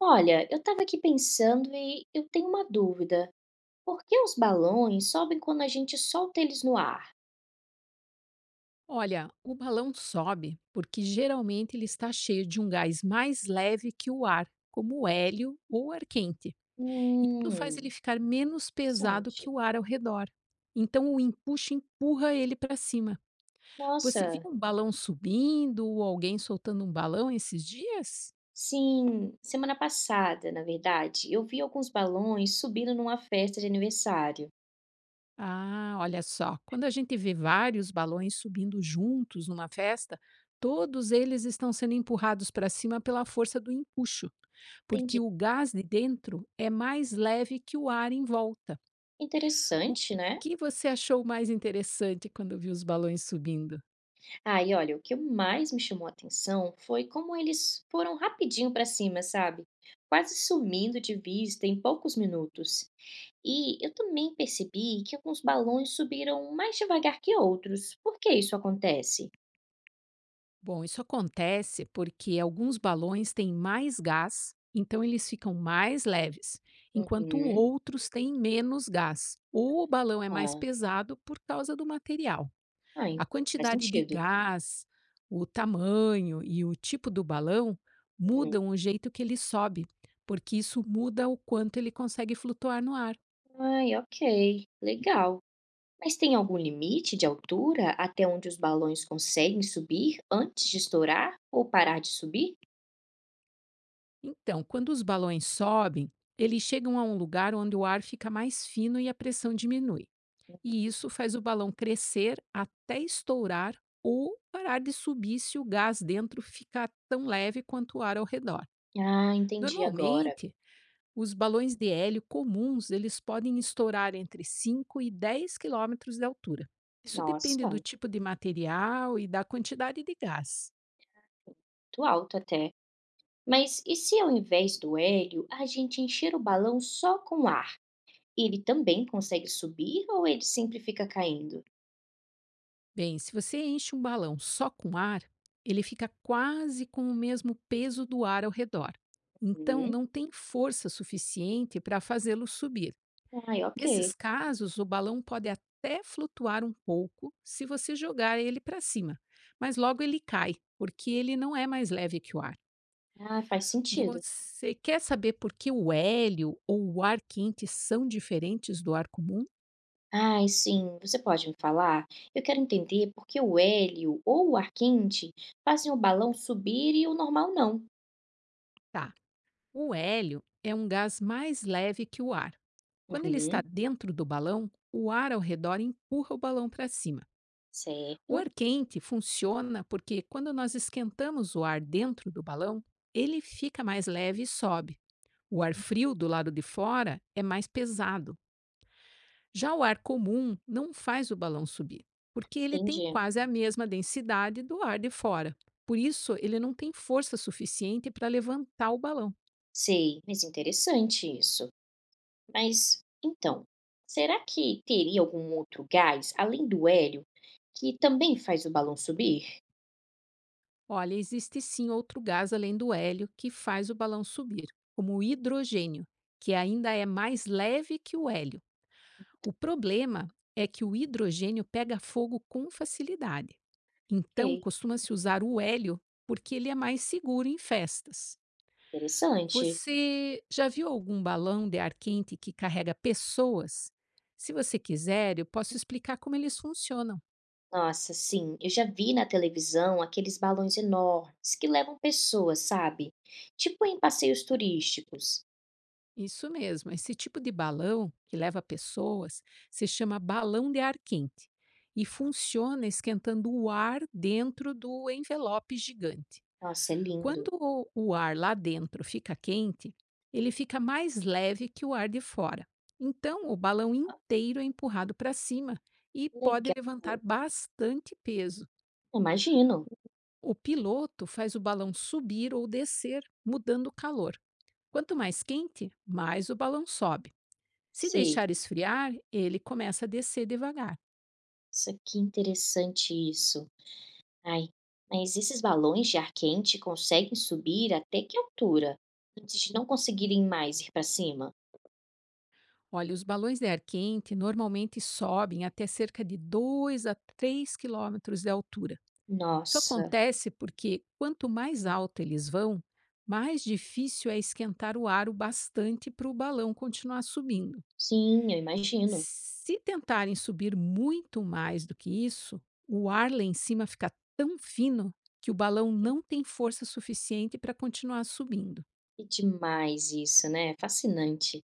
Olha, eu estava aqui pensando e eu tenho uma dúvida. Por que os balões sobem quando a gente solta eles no ar? Olha, o balão sobe porque geralmente ele está cheio de um gás mais leve que o ar, como o hélio ou ar quente. Isso Hum, faz ele ficar menos pesado que interessante. o ar ao redor. Então o empuxo empurra ele para cima. Você Nossa, viu um balão subindo ou alguém soltando um balão esses dias? sim, semana passada, na verdade, eu vi alguns balões subindo numa festa de aniversário. Ah, olha só, quando a gente vê vários balões subindo juntos numa festa, todos eles estão sendo empurrados para cima pela força do empuxo, Entendi. porque o gás de dentro é mais leve que o ar em volta. O Interessante, né? que você achou mais interessante quando viu os balões subindo? Ah, e olha, o que mais me chamou a atenção foi como eles foram rapidinho para cima, sabe? Quase sumindo de vista em poucos minutos. E eu também percebi que alguns balões subiram mais devagar que outros. Por que isso acontece? Bom, isso acontece porque alguns balões têm mais gás, então eles ficam mais leves, enquanto Uhum. outros têm menos gás, ou o balão é mais Ah, pesado por causa do material. ai, A faz quantidade de sentido. gás, o tamanho e o tipo do balão Hum. mudam o jeito que ele sobe, porque isso muda o quanto ele consegue flutuar no ar. Ai, ok, legal. Mas tem algum limite de altura até onde os balões conseguem subir antes de estourar ou parar de subir? Então, quando os balões sobem, eles chegam a um lugar onde o ar fica mais fino e a pressão diminui. E isso faz o balão crescer até estourar ou parar de subir se o gás dentro ficar tão leve quanto o ar ao redor. Ah, entendi agora. Normalmente, os balões de hélio comuns, eles podem estourar entre 5 e 10 quilômetros de altura. Isso depende do Nossa, tipo de material e da quantidade de gás. muito alto até. Mas e se ao invés do hélio a gente encher o balão só com ar? E ele também consegue subir ou ele sempre fica caindo? Bem, se você enche um balão só com ar, ele fica quase com o mesmo peso do ar ao redor. Então, Hum, não tem força suficiente para fazê-lo subir. ai, ok. Nesses casos, o balão pode até flutuar um pouco se você jogar ele para cima, mas logo ele cai, porque ele não é mais leve que o ar. Ah, faz sentido. Você quer saber por que o hélio ou o ar quente são diferentes do ar comum? Ai, sim, você pode me falar? Eu quero entender por que o hélio ou o ar quente fazem o balão subir e o normal não. Tá. O hélio é um gás mais leve que o ar. Quando ele está Uhum, dentro do balão, o ar ao redor empurra o balão para cima. O certo, ar quente funciona porque quando nós esquentamos o ar dentro do balão, ele fica mais leve e sobe. O ar frio do lado de fora é mais pesado. Já o ar comum não faz o balão subir, porque ele tem entendi. quase a mesma densidade do ar de fora. Por isso, ele não tem força suficiente para levantar o balão. Sei, mas interessante isso. Mas então, será que teria algum outro gás além do hélio que também faz o balão subir? Olha, existe sim outro gás além do hélio que faz o balão subir, como o hidrogênio, que ainda é mais leve que o hélio. O problema é que o hidrogênio pega fogo com facilidade. Então, Ok, costuma-se usar o hélio porque ele é mais seguro em festas. interessante. Você já viu algum balão de ar quente que carrega pessoas? Se você quiser, eu posso explicar como eles funcionam. Nossa, sim, eu já vi na televisão aqueles balões enormes que levam pessoas, sabe? Tipo em passeios turísticos. Isso mesmo, esse tipo de balão que leva pessoas se chama balão de ar quente e funciona esquentando o ar dentro do envelope gigante. Nossa, é Quando lindo. o ar lá dentro fica quente, ele fica mais leve que o ar de fora. Então, o balão inteiro é empurrado para cima e pode Legal. levantar bastante peso. Imagino. O piloto faz o balão subir ou descer, mudando o calor. Quanto mais quente, mais o balão sobe. Se Sei. deixar esfriar, ele começa a descer devagar. Isso aqui é interessante isso. Ai, mas esses balões de ar quente conseguem subir até que altura? Antes de não conseguirem mais ir para cima? Olha, os balões de ar quente normalmente sobem até cerca de 2 a 3 quilômetros de altura. Isso Nossa, acontece porque quanto mais alto eles vão, mais difícil é esquentar o ar o bastante para o balão continuar subindo. sim, eu imagino. Se tentarem subir muito mais do que isso, o ar lá em cima fica tão fino que o balão não tem força suficiente para continuar subindo. É demais isso, né? Fascinante.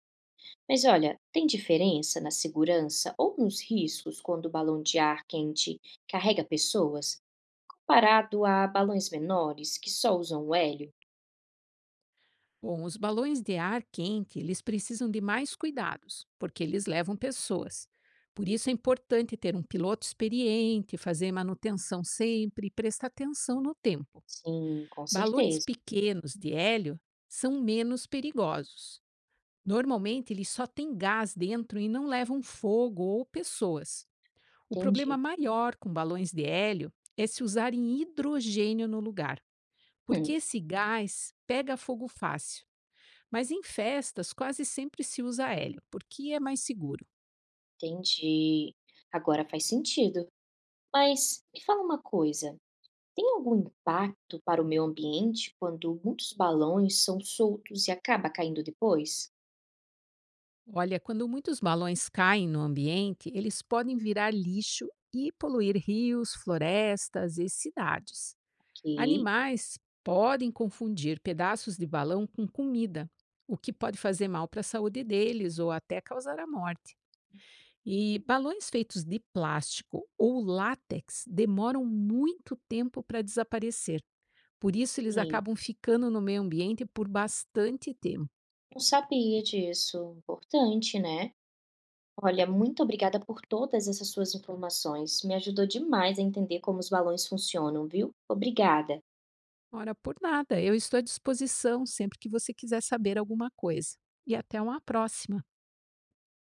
Mas olha, tem diferença na segurança ou nos riscos quando o balão de ar quente carrega pessoas, comparado a balões menores que só usam o hélio? Bom, os balões de ar quente, eles precisam de mais cuidados, porque eles levam pessoas. Por isso é importante ter um piloto experiente, fazer manutenção sempre e prestar atenção no tempo. Sim, com Balões certeza. pequenos de hélio são menos perigosos. Normalmente eles só têm gás dentro e não levam fogo ou pessoas. O problema Entendi. maior com balões de hélio é se usarem hidrogênio no lugar, porque Hum, esse gás pega fogo fácil, mas em festas, quase sempre se usa hélio, porque é mais seguro. entendi. Agora faz sentido. Mas me fala uma coisa: tem algum impacto para o meio ambiente quando muitos balões são soltos e acaba caindo depois? Olha, quando muitos balões caem no ambiente, eles podem virar lixo e poluir rios, florestas e cidades. Ok, Animais podem confundir pedaços de balão com comida, o que pode fazer mal para a saúde deles ou até causar a morte. E balões feitos de plástico ou látex demoram muito tempo para desaparecer. Por isso, eles ok. acabam ficando no meio ambiente por bastante tempo. Não sabia disso. Importante, né? Olha, muito obrigada por todas essas suas informações. Me ajudou demais a entender como os balões funcionam, viu? Obrigada. Ora, por nada, eu estou à disposição sempre que você quiser saber alguma coisa. E até uma próxima!